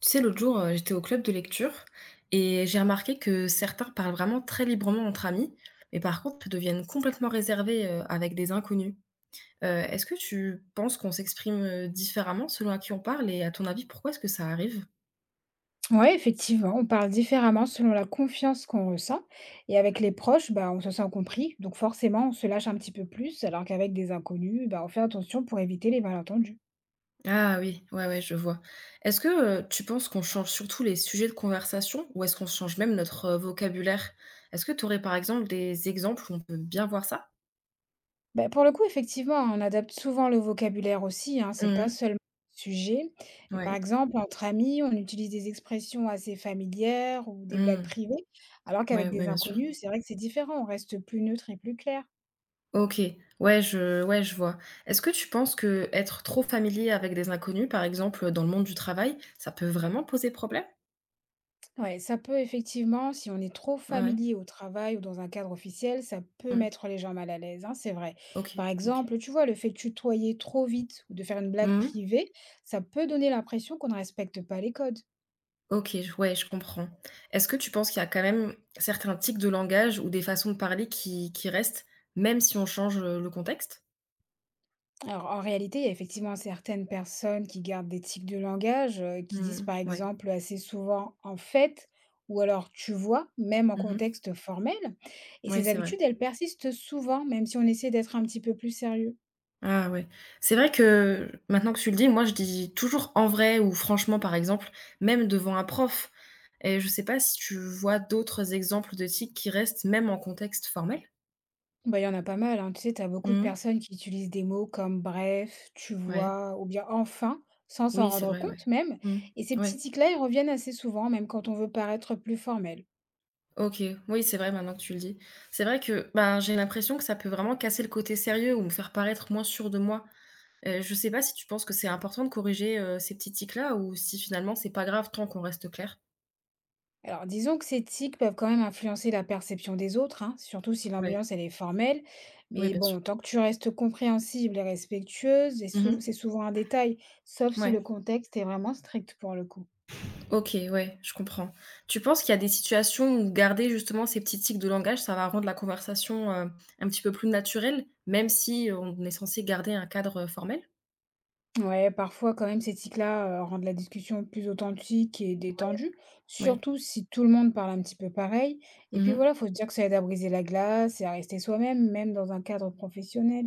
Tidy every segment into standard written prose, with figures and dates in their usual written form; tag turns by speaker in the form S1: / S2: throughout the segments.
S1: Tu sais, l'autre jour, j'étais au club de lecture et j'ai remarqué que certains parlent vraiment très librement entre amis, mais par contre deviennent complètement réservés avec des inconnus. Est-ce que tu penses qu'on s'exprime différemment selon à qui on parle et à ton avis, pourquoi est-ce que ça arrive?
S2: Ouais, effectivement, on parle différemment selon la confiance qu'on ressent. Et avec les proches, bah, on se sent compris. Donc forcément, on se lâche un petit peu plus, alors qu'avec des inconnus, bah, on fait attention pour éviter les malentendus.
S1: Ah oui, ouais, ouais, je vois. Est-ce que tu penses qu'on change surtout les sujets de conversation ou est-ce qu'on change même notre vocabulaire? Est-ce que tu aurais par exemple des exemples où on peut bien voir ça?
S2: Bah, pour le coup, effectivement, on adapte souvent le vocabulaire aussi, hein, c'est pas
S1: Mhm,
S2: seulement le sujet. Et par
S1: ouais.
S2: exemple, entre amis, on utilise des expressions assez familières ou des blagues
S1: Mhm,
S2: privées, alors
S1: ouais,
S2: qu'avec
S1: ouais,
S2: des
S1: bien sûr.
S2: inconnus, c'est vrai que c'est différent, on reste plus neutre et plus clair.
S1: OK. Ouais, je vois. Est-ce que tu penses que être trop familier avec des inconnus, par exemple, dans le monde du travail, ça peut vraiment poser problème?
S2: Ouais, ça peut effectivement, si on est trop
S1: Ouais.
S2: familier au travail ou dans un cadre officiel, ça peut
S1: Mmh.
S2: mettre les gens mal à l'aise, hein, c'est vrai.
S1: OK,
S2: Par
S1: OK.
S2: exemple, tu vois, le fait de tutoyer trop vite ou de faire une blague
S1: Mmh.
S2: privée, ça peut donner l'impression qu'on ne respecte pas les codes.
S1: OK, je ouais, je comprends. Est-ce que tu penses qu'il y a quand même certains tics de langage ou des façons de parler qui restent, même si on change, le contexte?
S2: Alors, en réalité, il y a effectivement certaines personnes qui gardent des tics de langage, qui disent
S1: Mmh.
S2: par
S1: Ouais.
S2: exemple assez souvent en fait ou alors tu vois, même en
S1: Mmh.
S2: contexte formel. Et
S1: Ouais,
S2: ces
S1: c'est vrai.
S2: habitudes, elles persistent souvent, même si on essaie d'être un petit peu plus sérieux.
S1: Ah ouais. C'est vrai que maintenant que tu le dis, moi je dis toujours en vrai ou franchement par exemple, même devant un prof. Et je sais pas si tu vois d'autres exemples de tics qui restent même en contexte formel?
S2: Bah, il y en a pas mal, hein. Tu sais, tu as beaucoup de
S1: Mmh.
S2: personnes qui utilisent des mots comme bref, tu
S1: Ouais.
S2: vois, ou bien enfin, sans s'en
S1: Oui, c'est
S2: rendre
S1: vrai, ouais.
S2: compte même.
S1: Mmh.
S2: Et ces
S1: Ouais.
S2: petits tics-là, ils reviennent assez souvent, même quand on veut paraître plus formel.
S1: OK. Oui, c'est vrai maintenant que tu le dis. C'est vrai que, ben, j'ai l'impression que ça peut vraiment casser le côté sérieux ou me faire paraître moins sûr de moi. Je sais pas si tu penses que c'est important de corriger, ces petits tics là ou si finalement c'est pas grave tant qu'on reste clair?
S2: Alors, disons que ces tics peuvent quand même influencer la perception des autres, hein, surtout si
S1: Ouais.
S2: l'ambiance, elle est formelle.
S1: Oui,
S2: Mais
S1: bien sûr.
S2: bon, tant que tu restes compréhensible et respectueuse,
S1: Mmh.
S2: c'est souvent un détail, sauf si le
S1: Ouais.
S2: contexte est vraiment strict pour le coup.
S1: OK, ouais, je comprends. Tu penses qu'il y a des situations où garder justement ces petits tics de langage, ça va rendre la conversation, un petit peu plus naturelle, même si on est censé garder un cadre, formel?
S2: Ouais, parfois quand même ces tics-là, rendent la discussion plus authentique et détendue,
S1: Oui.
S2: surtout si tout le monde parle un petit peu pareil et puis
S1: Mmh.
S2: voilà, faut se dire que ça aide à briser la glace et à rester soi-même, même dans un cadre professionnel.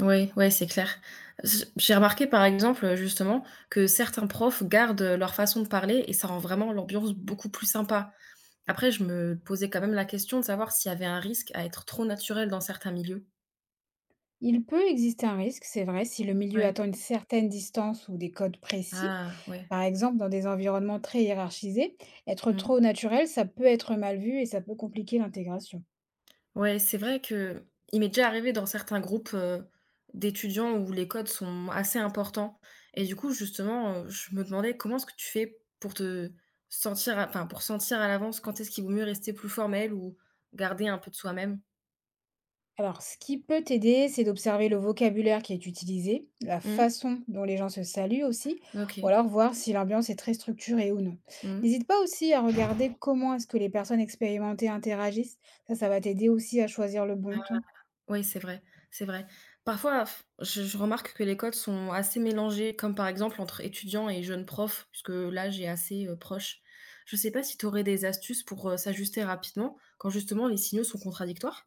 S1: Oui, ouais, ouais, c'est clair. J'ai remarqué par exemple, justement, que certains profs gardent, leur façon de parler et ça rend vraiment l'ambiance beaucoup plus sympa. Après, je me posais quand même la question de savoir s'il y avait un risque à être trop naturel dans certains milieux.
S2: Il peut exister un risque, c'est vrai, si le milieu
S1: Ouais.
S2: attend une certaine distance ou des codes précis.
S1: Ah, ouais.
S2: Par exemple, dans des environnements très hiérarchisés, être
S1: Mmh.
S2: trop naturel, ça peut être mal vu et ça peut compliquer l'intégration.
S1: Ouais, c'est vrai que il m'est déjà arrivé dans certains groupes, d'étudiants où les codes sont assez importants et du coup, justement, je me demandais comment est-ce que tu fais pour te sentir à pour sentir à l'avance quand est-ce qu'il vaut mieux rester plus formel ou garder un peu de soi-même?
S2: Alors, ce qui peut t'aider, c'est d'observer le vocabulaire qui est utilisé, la
S1: Mmh.
S2: façon dont les gens se saluent aussi, ou
S1: OK.
S2: alors voir si l'ambiance est très structurée ou non.
S1: Mmh.
S2: N'hésite pas aussi à regarder comment est-ce que les personnes expérimentées interagissent. Ça va t'aider aussi à choisir le bon ton.
S1: Oui, c'est vrai, c'est vrai. Parfois, je remarque que les codes sont assez mélangés, comme par exemple entre étudiants et jeunes profs, puisque l'âge est assez, proche. Je ne sais pas si tu aurais des astuces pour, s'ajuster rapidement quand justement les signaux sont contradictoires?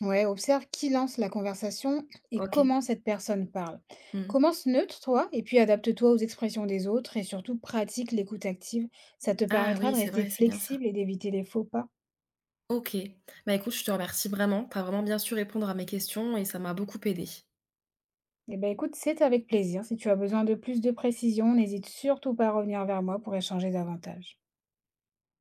S2: Ouais, observe qui lance la conversation et
S1: OK.
S2: comment cette personne parle.
S1: Mmh.
S2: Commence neutre, toi, et puis adapte-toi aux expressions des autres et surtout pratique l'écoute active. Ça te
S1: Ah
S2: permettra
S1: oui,
S2: de
S1: c'est
S2: rester
S1: vrai, c'est bien ça.
S2: flexible et d'éviter les faux pas.
S1: OK. Bah, écoute, je te remercie vraiment. Tu as vraiment bien su répondre à mes questions et ça m'a beaucoup aidée.
S2: Eh ben écoute, c'est avec plaisir. Si tu as besoin de plus de précision, n'hésite surtout pas à revenir vers moi pour échanger davantage.